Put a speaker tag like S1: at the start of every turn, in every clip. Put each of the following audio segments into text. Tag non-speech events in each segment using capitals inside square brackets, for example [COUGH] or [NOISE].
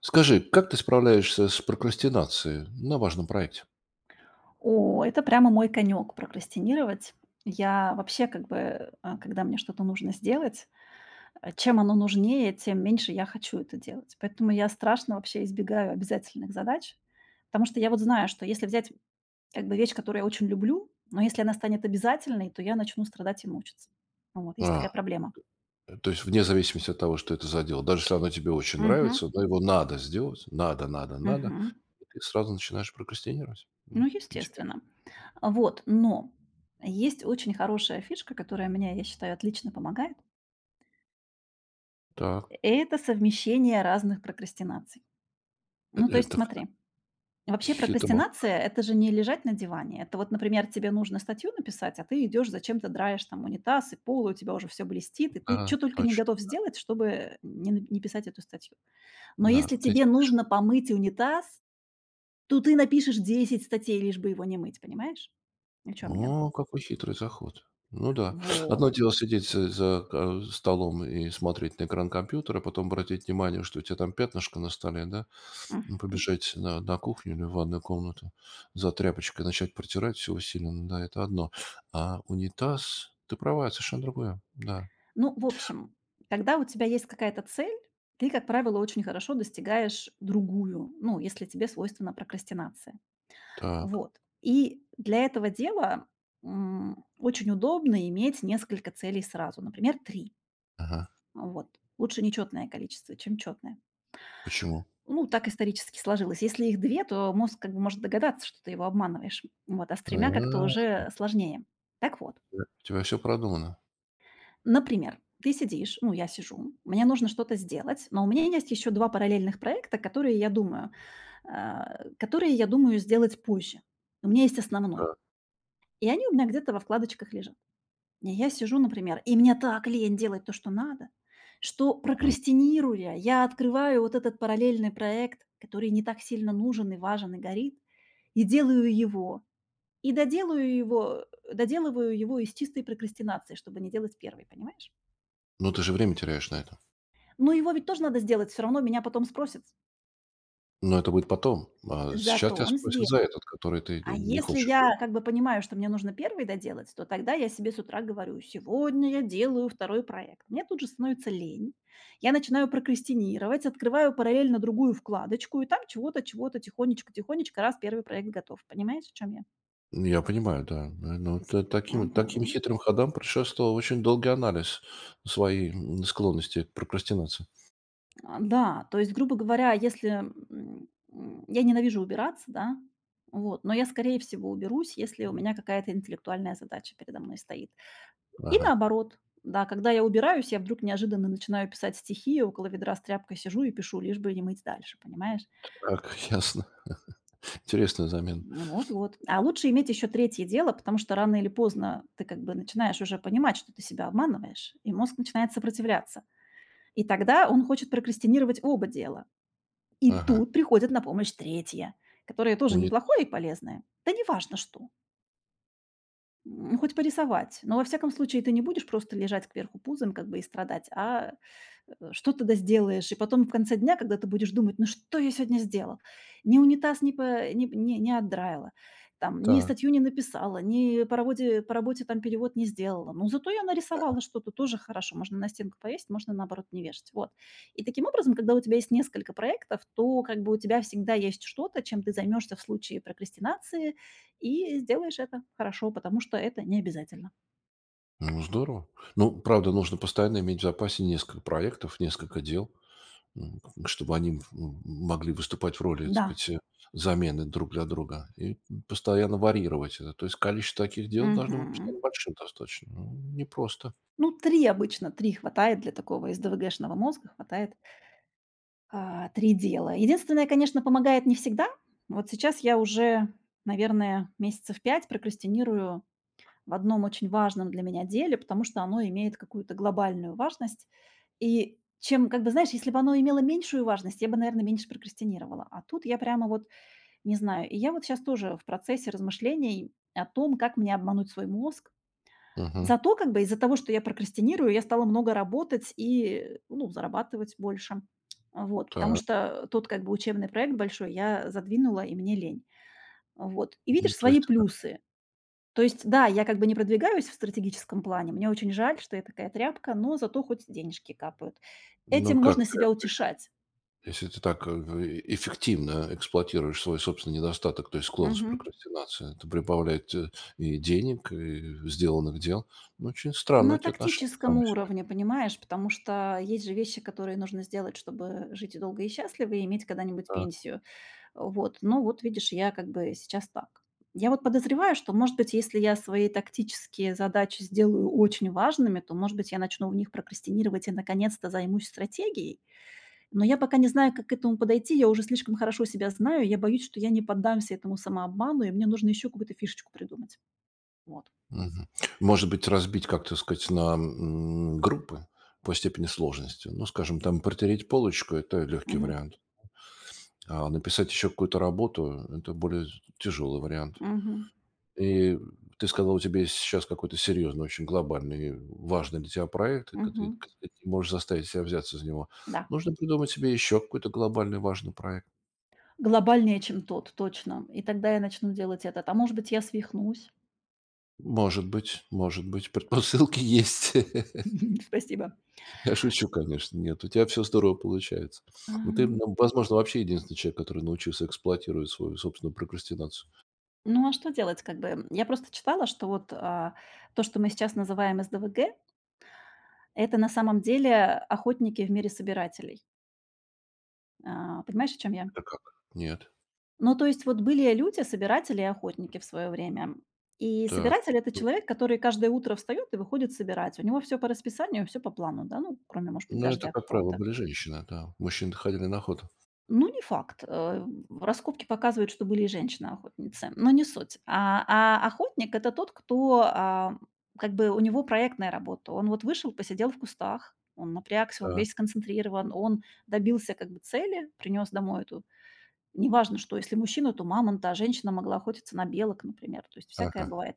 S1: Скажи, как ты справляешься с прокрастинацией на важном проекте?
S2: О, это прямо мой конек- прокрастинировать. Я вообще как бы, когда мне что-то нужно сделать, чем оно нужнее, тем меньше я хочу это делать. Поэтому я страшно вообще избегаю обязательных задач, потому что я вот знаю, что если взять как бы вещь, которую я очень люблю, но если она станет обязательной, то я начну страдать и мучиться. Вот, есть
S1: А,
S2: такая проблема.
S1: то есть вне зависимости от того, что это за дело. Даже если оно тебе очень
S2: Мгм.
S1: нравится, но его надо сделать. Надо, надо, надо.
S2: Мгм.
S1: И ты сразу начинаешь прокрастинировать.
S2: Ну,
S1: Интересно.
S2: естественно. Вот, но есть очень хорошая фишка, которая мне, я считаю, отлично помогает.
S1: Так,
S2: Это совмещение разных прокрастинаций.
S1: э,
S2: Ну, то есть
S1: это к-
S2: смотри, вообще
S1: хитро.
S2: прокрастинация– это же не лежать на диване. Это вот, например, тебе нужно статью написать, а ты идешь зачем-то драешь там унитаз и пол, и у тебя уже все блестит, и ты
S1: Да,
S2: что только не
S1: точно.
S2: готов сделать, чтобы не писать эту статью. Но
S1: Да,
S2: если
S1: ты
S2: тебе
S1: сидишь.
S2: нужно помыть унитаз, то ты напишешь 10 статей, лишь бы его не мыть, понимаешь? О чем я?
S1: О, какой хитрый заход. Ну да. Одно
S2: Вот.
S1: дело сидеть за столом и смотреть на экран компьютера, потом обратить внимание, что у тебя там пятнышко на столе, да? Ну,
S2: Мгм.
S1: побежать на кухню или в ванную комнату за тряпочкой, начать протирать все усиленно, да, это одно. А унитаз, ты права, это совершенно другое. Да,
S2: Ну, в общем, когда у тебя есть какая-то цель, ты, как правило, очень хорошо достигаешь другую, ну, если тебе свойственна прокрастинация.
S1: так,
S2: Вот. И для этого дела очень удобно иметь несколько целей сразу, например, три.
S1: ага.
S2: Вот. Лучше нечетное количество, чем четное.
S1: Почему?
S2: Ну, так исторически сложилось. Если их две, то мозг как бы может догадаться, что ты его обманываешь. Вот, а с
S1: А,
S2: тремя как-то
S1: у
S2: уже сложнее. Так вот,
S1: тебя все продумано.
S2: например, ты сидишь, ну, я сижу, мне нужно что-то сделать, но у меня есть еще 2 параллельных проекта, которые я думаю сделать позже. У меня есть основной,
S1: Так,
S2: и они у меня где-то во вкладочках лежат. И я сижу, например, и мне так лень делать то, что надо, что,
S1: м.
S2: прокрастинируя, я открываю вот этот параллельный проект, который не так сильно нужен и важен и горит, и делаю его, и доделаю его доделываю его из чистой прокрастинации, чтобы не делать первый, понимаешь?
S1: Ну, ты же время теряешь на это.
S2: Но его ведь тоже надо сделать, все равно меня потом спросят.
S1: Но это будет потом. А сейчас
S2: Зато
S1: тебя
S2: он
S1: спросят
S2: сделал.
S1: за этот, который ты
S2: А
S1: не
S2: если
S1: хочешь делать.
S2: я как бы понимаю, что мне нужно первый доделать, то тогда я себе с утра говорю: "Сегодня я делаю второй проект". Мне тут же становится лень. Я начинаю прокрастинировать, открываю параллельно другую вкладочку, и там чего-то, чего-то тихонечко-тихонечко, раз первый проект готов. Понимаешь, в чем я?
S1: Ну, я понимаю, да. Э, ну, т таким таким
S2: Мгм.
S1: хитрым ходам предшествовал очень долгий анализ своей, склонности к прокрастинации.
S2: А, да, то есть, грубо говоря, если, я ненавижу убираться, да, вот, но я, скорее всего, уберусь, если у меня какая-то интеллектуальная задача передо мной стоит. И
S1: Ага,
S2: наоборот, да, когда я убираюсь, я вдруг неожиданно начинаю писать стихи, я около ведра с тряпкой сижу и пишу, лишь бы не мыть дальше, понимаешь?
S1: так, [LAUGHS] ясно. Интересная замена.
S2: Вот вот. А лучше иметь еще третье дело, потому что рано или поздно ты как бы начинаешь уже понимать, что ты себя обманываешь, и мозг начинает сопротивляться. И тогда он хочет прокрастинировать оба дела. И
S1: Ага.
S2: тут приходит на помощь третья, которая тоже
S1: Унитаз.
S2: неплохое и полезное. Да неважно что. Хоть порисовать. Но во всяком случае ты не будешь просто лежать кверху пузом как бы и страдать, а что ты да сделаешь. И потом в конце дня, когда ты будешь думать, ну что я сегодня сделал? Ни унитаз не отдраила, там, ни
S1: Так.
S2: статью не написала, ни по работе, по работе там перевод не сделала. Но зато я нарисовала что-то тоже хорошо. Можно на стенку повесить, можно наоборот не вешать. Вот. И таким образом, когда у тебя есть несколько проектов, то как бы у тебя всегда есть что-то, чем ты займешься в случае прокрастинации, и сделаешь это хорошо, потому что это не обязательно.
S1: Ну, здорово. Ну, правда, нужно постоянно иметь в запасе несколько проектов, несколько дел, м, чтобы они могли выступать в роли, так
S2: Да.
S1: сказать, замены друг для друга. И постоянно варьировать это. То есть количество таких дел должно быть
S2: Мгм.
S1: постоянно большим достаточно. Ну, непросто.
S2: Ну, 3 обычно, 3 хватает для такого СДВГшного мозга, три дела. Единственное, конечно, помогает не всегда. Вот сейчас я уже, наверное, месяцев 5 прокрастинирую в одном очень важном для меня деле, потому что оно имеет какую-то глобальную важность. И чем, как бы, знаешь, если бы оно имело меньшую важность, я бы, наверное, меньше прокрастинировала. А тут я прямо вот не знаю. И я вот сейчас тоже в процессе размышлений о том, как мне обмануть свой мозг.
S1: Мгм.
S2: Зато как бы из-за того, что я прокрастинирую, я стала много работать и, ну, зарабатывать больше. Вот, потому
S1: Так.
S2: что тот как бы учебный проект большой я задвинула, и мне лень. Вот. И
S1: Ну,
S2: видишь
S1: то
S2: свои
S1: есть, так,
S2: плюсы. То есть, да, я как бы не продвигаюсь в стратегическом плане, мне очень жаль, что я такая тряпка, но зато хоть денежки капают.
S1: ну,
S2: Этим
S1: как
S2: можно себя
S1: тряпкой?
S2: утешать.
S1: Если ты так эффективно эксплуатируешь свой собственный недостаток, то есть склонность к
S2: Мгм.
S1: прокрастинации, это прибавляет и денег, и сделанных дел. Ну, очень странно
S2: На
S1: у тебя отношение к
S2: тактическом
S1: самой себе.
S2: уровне, понимаешь, потому что есть же вещи, которые нужно сделать, чтобы жить долго и счастливо и иметь когда-нибудь
S1: Да.
S2: пенсию. Вот, но вот видишь, я как бы сейчас так. Я вот подозреваю, что, может быть, если я свои тактические задачи сделаю очень важными, то, может быть, я начну в них прокрастинировать и, наконец-то, займусь стратегией. Но я пока не знаю, как к этому подойти, я уже слишком хорошо себя знаю, я боюсь, что я не поддамся этому самообману, и мне нужно еще какую-то фишечку придумать. Вот.
S1: Мгм. Может быть, разбить как-то, сказать, на группы по степени сложности. Ну, скажем, там протереть полочку– это легкий
S2: Мгм.
S1: вариант. А написать еще какую-то работу– это более тяжелый вариант.
S2: Мгм.
S1: И ты сказал, у тебя есть сейчас какой-то серьезный, очень глобальный, важный для тебя проект, и ка ты
S2: Мгм.
S1: к ты не можешь заставить себя взяться за него.
S2: Да.
S1: Нужно придумать себе еще какой-то глобальный важный проект.
S2: Глобальнее, чем тот, точно. И тогда я начну делать этот. А может быть, я свихнусь.
S1: Может быть, предпосылки [LAUGHS] есть.
S2: [LAUGHS] Спасибо.
S1: Я шучу, конечно. Нет, у тебя все здорово получается. Но ты,
S2: Ам.
S1: ну, возможно, вообще единственный человек, который научился эксплуатировать свою собственную прокрастинацию.
S2: Ну, а что делать, как бы. Я просто читала, что вот, то, что мы сейчас называем СДВГ, это на самом деле охотники в мире собирателей. А, понимаешь, о чем я?
S1: Это как? Нет.
S2: Ну, то есть вот были люди, собиратели и охотники в свое время. И
S1: Так.
S2: собиратель- это
S1: Ну
S2: человек, который каждое утро встает и выходит собирать. У него все по расписанию, все по плану, да, ну, кроме, может быть,
S1: ну, это,
S2: дождя
S1: как правило,
S2: какого-то.
S1: были женщины, да. Мужчины ходили на охоту.
S2: Ну, не факт. Раскопки показывают, что были и женщины-охотницы, но не суть. А охотник- это тот, кто, как бы у него проектная работа. Он вот вышел, посидел в кустах, он напрягся, он
S1: Да.
S2: весь сконцентрирован, он добился как бы цели, принес домой эту неважно что, если мужчина, то мамонта, а женщина могла охотиться на белок, например, то есть всякое
S1: Ага.
S2: бывает.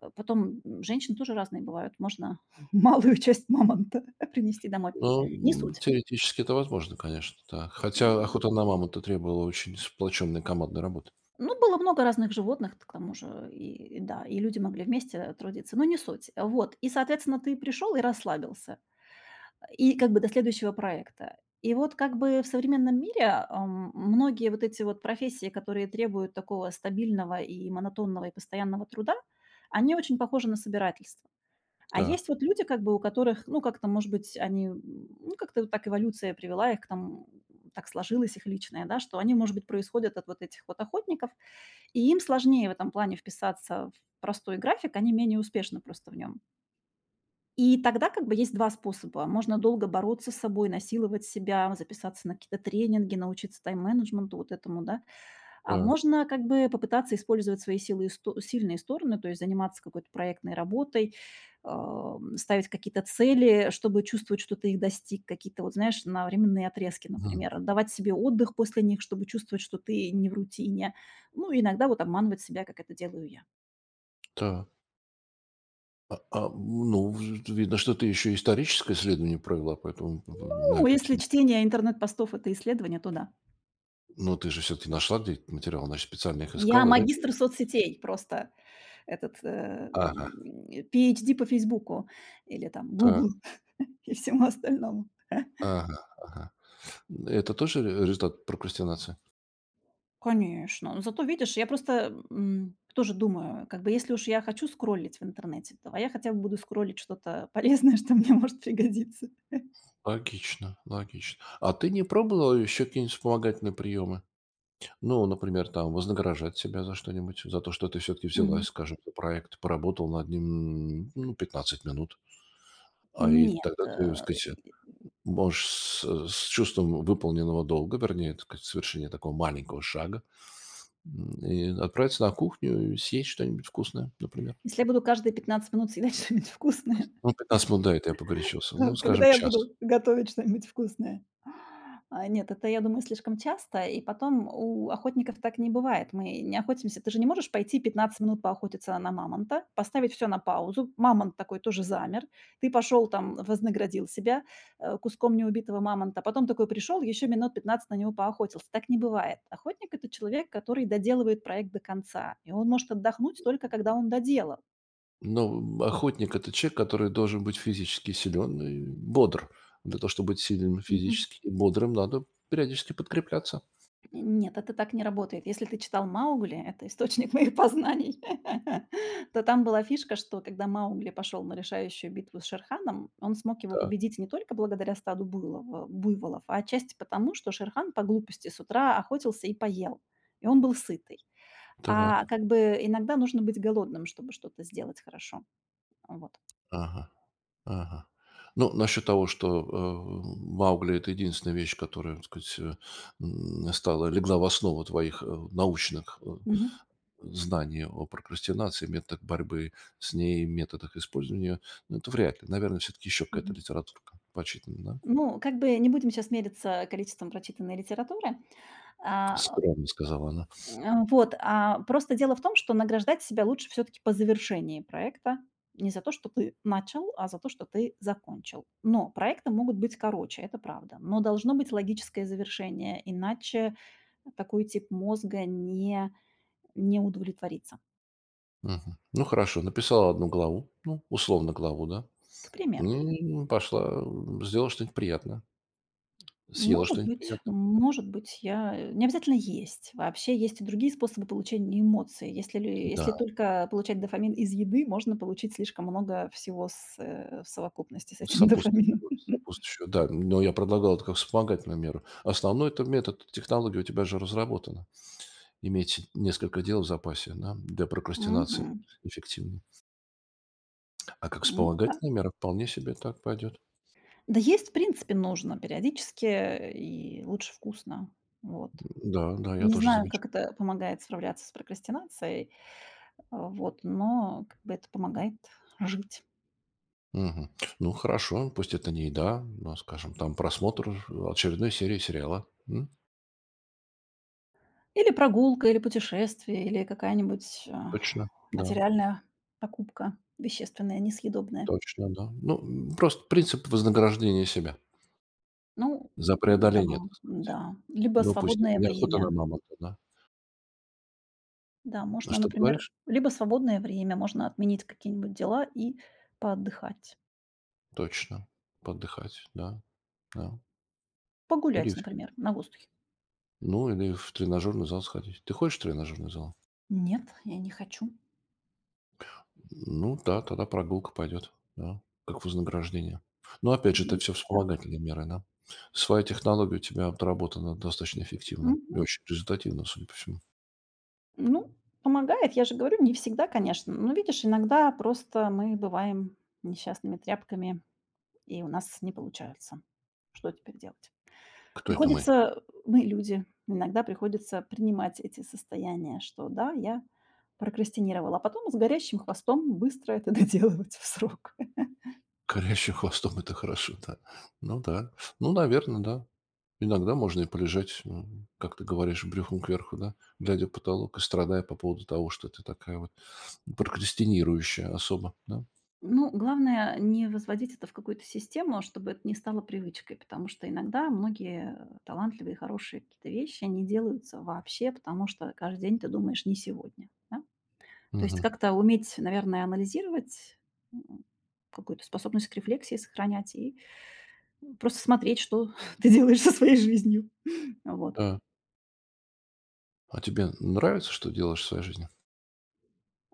S2: Потом женщины тоже разные бывают, можно [LAUGHS] малую часть мамонта [LAUGHS] принести домой. Не
S1: Ну,
S2: суть.
S1: теоретически это возможно, конечно, да. Хотя "Охота на мамонта" требовала очень сплоченной командной работы.
S2: Ну, было много разных животных, к тому же, и да, и люди могли вместе трудиться, но не суть. Вот, и, соответственно, ты пришел и расслабился, и как бы до следующего проекта. И вот как бы в современном мире многие вот эти вот профессии, которые требуют такого стабильного и монотонного и постоянного труда, они очень похожи на собирательство. А
S1: Да,
S2: есть вот люди, как бы, у которых, ну, как-то, может быть, ну, как-то вот так эволюция привела их к тому, так сложилось их личное, да, что они, может быть, происходят от вот этих вот охотников, и им сложнее в этом плане вписаться в простой график, они менее успешны просто в нем. И тогда как бы есть два способа. Можно долго бороться с собой, насиловать себя, записаться на какие-то тренинги, научиться тайм-менеджменту, вот этому, да. А
S1: да,
S2: можно как бы попытаться использовать свои силы и сто сильные стороны, то есть заниматься какой-то проектной работой, ставить какие-то цели, чтобы чувствовать, что ты их достиг, какие-то вот, знаешь, на временные отрезки,
S1: мгм,
S2: например, давать себе отдых после них, чтобы чувствовать, что ты не в рутине. Ну, иногда вот обманывать себя, как это делаю я.
S1: да. А, ну, в видно, что ты еще историческое исследование провела, поэтому п на
S2: Ну,
S1: эту
S2: если
S1: тему.
S2: чтение интернет-постов- это исследование, то да.
S1: Но ты же все-таки нашла где этот материал, значит, специально их
S2: Я
S1: искала, да?
S2: магистр соцсетей просто,
S1: Ага,
S2: PhD по "Фейсбуку" или там
S1: так,
S2: Google [LAUGHS] и всему остальному.
S1: ага, ага. Это тоже ре результат прокрастинации?
S2: Конечно. Но зато, видишь, я просто, тоже думаю, как бы если уж я хочу скроллить в интернете, то я хотя бы буду скроллить что-то полезное, [LAUGHS] что мне может пригодиться.
S1: Логично, логично. А ты не пробовала еще какие-нибудь вспомогательные приемы? Ну, например, там вознаграждать себя за что-нибудь, за то, что ты все-таки
S2: Мгм.
S1: взялась, скажем, за проект, поработал над ним, ну, 15 минут. А и
S2: Нет,
S1: тогда ты, так
S2: э, и
S1: сказать, можешь с чувством выполненного долга, вернее, так сказать, совершения такого маленького шага, и отправиться на кухню и съесть что-нибудь вкусное, например.
S2: если я буду каждые 15 минут съедать [LAUGHS] что-нибудь вкусное,
S1: Ну, 15 минут, да, это я
S2: [LAUGHS]
S1: погорячился. Ну,
S2: то когда
S1: скажем,
S2: я
S1: час.
S2: буду готовить что-нибудь вкусное? А, нет, это, я думаю, слишком часто. И потом у охотников так не бывает. Мы не охотимся. Ты же не можешь пойти 15 минут поохотиться на мамонта, поставить все на паузу. Мамонт такой тоже замер. Ты пошел там, вознаградил себя, куском неубитого мамонта. Потом такой пришел еще минут 15 на него поохотился. Так не бывает. Охотник- это человек, который доделывает проект до конца, и он может отдохнуть только когда он доделал.
S1: Но охотник– это человек, который должен быть физически силен и бодр. Для того, чтобы быть сильным физически и бодрым, надо периодически подкрепляться.
S2: Нет, это так не работает. Если ты читал "Маугли"- это источник [LAUGHS] моих познаний, [LAUGHS] то там была фишка, что когда Маугли пошел на решающую битву с Шерханом, он смог его
S1: Да.
S2: победить не только благодаря стаду буйлова буйволов, а отчасти потому, что Шерхан по глупости с утра охотился и поел, и он был сытый. А
S1: Так,
S2: как бы иногда нужно быть голодным, чтобы что-то сделать хорошо. Вот.
S1: ага, ага. Ну, насчет того, что, Маугли- это единственная вещь, которая, так сказать, э, м, стала легла в основу твоих, научных,
S2: Мгм.
S1: знаний о прокрастинации, методах борьбы с ней, методах использования ну, это вряд ли. Наверное, все таки еще какая-то
S2: Мгм.
S1: литературка почитана, да?
S2: Ну, как бы не будем сейчас мериться количеством прочитанной литературы. А
S1: "Скромно",- сказала она.
S2: Просто дело в том, что награждать себя лучше все таки по завершении проекта. Не за то, что ты начал, а за то, что ты закончил. Но проекты могут быть короче, это правда. Но должно быть логическое завершение, иначе такой тип мозга не удовлетворится.
S1: Мгм. Ну, хорошо, написала одну главу, ну, условно, главу, да?
S2: К примеру
S1: И пошла, сделала что-нибудь приятное, съела
S2: может
S1: что-нибудь
S2: быть,
S1: приятное.
S2: может быть, не обязательно есть. Вообще есть и другие способы получения эмоций. Если, если
S1: Да.
S2: только получать дофамин из еды, можно получить слишком много всего в совокупности с этим [LAUGHS] дофамином.
S1: Сопутствующего сопутствующего, да. Но я предлагал это как вспомогательную меру. Основной- это метод, технология у тебя же разработана. Иметь несколько дел в запасе, да, для прокрастинации
S2: Мгм.
S1: эффективнее. А как
S2: Ну, да.
S1: вспомогательная мера вполне себе так пойдет.
S2: Да есть, в принципе, нужно периодически и лучше вкусно. Вот.
S1: Да, да, я
S2: Не
S1: тоже
S2: знаю, как
S1: замечал.
S2: это помогает справляться с прокрастинацией, вот, но как бы это помогает жить.
S1: Мгм. Ну, хорошо, пусть это не еда, но, скажем, там просмотр очередной серии сериала. М?
S2: Или прогулка, или путешествие, или какая-нибудь,
S1: Точно, да,
S2: материальная покупка вещественная, несъедобная.
S1: точно, да. Ну, просто принцип вознаграждения себя
S2: Ну
S1: за
S2: да,
S1: преодоление, так сказать.
S2: да. Либо
S1: Ну, пусть это
S2: свободное
S1: не охота на
S2: время.
S1: мамонта, да.
S2: Да,
S1: А
S2: можно,
S1: что ты
S2: например,
S1: говоришь?
S2: либо свободное время, можно отменить какие-нибудь дела и поотдыхать.
S1: Точно. Поотдыхать, да, да. Или
S2: Погулять,
S1: ф
S2: например, на воздухе.
S1: ну, или в тренажерный зал сходить. Ты хочешь в тренажерный зал?
S2: Нет, я не хочу.
S1: Ну да, тогда прогулка пойдет, да, как вознаграждение. Но опять же, это
S2: М,
S1: все
S2: да.
S1: вспомогательные меры, да. Своя технология у тебя отработана достаточно эффективно и
S2: Мгм.
S1: очень результативно, судя по всему.
S2: Ну, помогает, я же говорю, не всегда, конечно. Но видишь, иногда просто мы бываем несчастными тряпками. И у нас не получается. Что теперь делать?
S1: Кто это мы?
S2: Приходится, мы люди, иногда приходится принимать эти состояния, что да, я прокрастинировала, а потом с горящим хвостом быстро это [LAUGHS] доделывать в срок.
S1: [LAUGHS] Горящим хвостом- это хорошо, да. Ну да. Ну, наверное, да. Иногда можно и полежать, как ты говоришь, брюхом кверху, да, глядя в потолок и страдая по поводу того, что ты такая вот прокрастинирующая особо, да?
S2: Ну, главное не возводить это в какую-то систему, чтобы это не стало привычкой, потому что иногда многие талантливые, хорошие какие-то вещи не делаются вообще, потому что каждый день ты думаешь не сегодня. Да? То есть
S1: Мгм.
S2: как-то уметь, наверное, анализировать, м, какую-то способность к рефлексии сохранять и просто смотреть, что [LAUGHS] ты делаешь со своей жизнью. Вот.
S1: Да. А тебе нравится, что делаешь в своей жизни?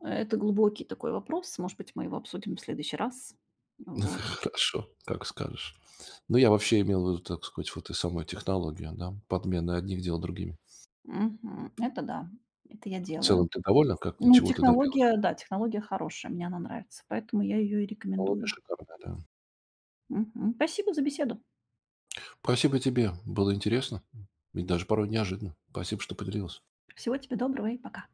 S2: Это глубокий такой вопрос. Может быть, мы его обсудим в следующий раз. Вот.
S1: [LAUGHS] Хорошо, как скажешь. Ну, я вообще имел в виду, так сказать, вот и самой технологию, да, подмены одних дел другими.
S2: Мгм. Это да, это я
S1: В
S2: делаю.
S1: целом ты довольна, как
S2: Ну,
S1: чего ты добилась?
S2: технология, да, технология хорошая, мне она нравится, поэтому я ее и
S1: Технология
S2: рекомендую.
S1: шикарная, да.
S2: Мгм. Спасибо за беседу.
S1: Спасибо тебе, было интересно и даже порой неожиданно. Спасибо, что поделилась.
S2: Всего тебе доброго и пока.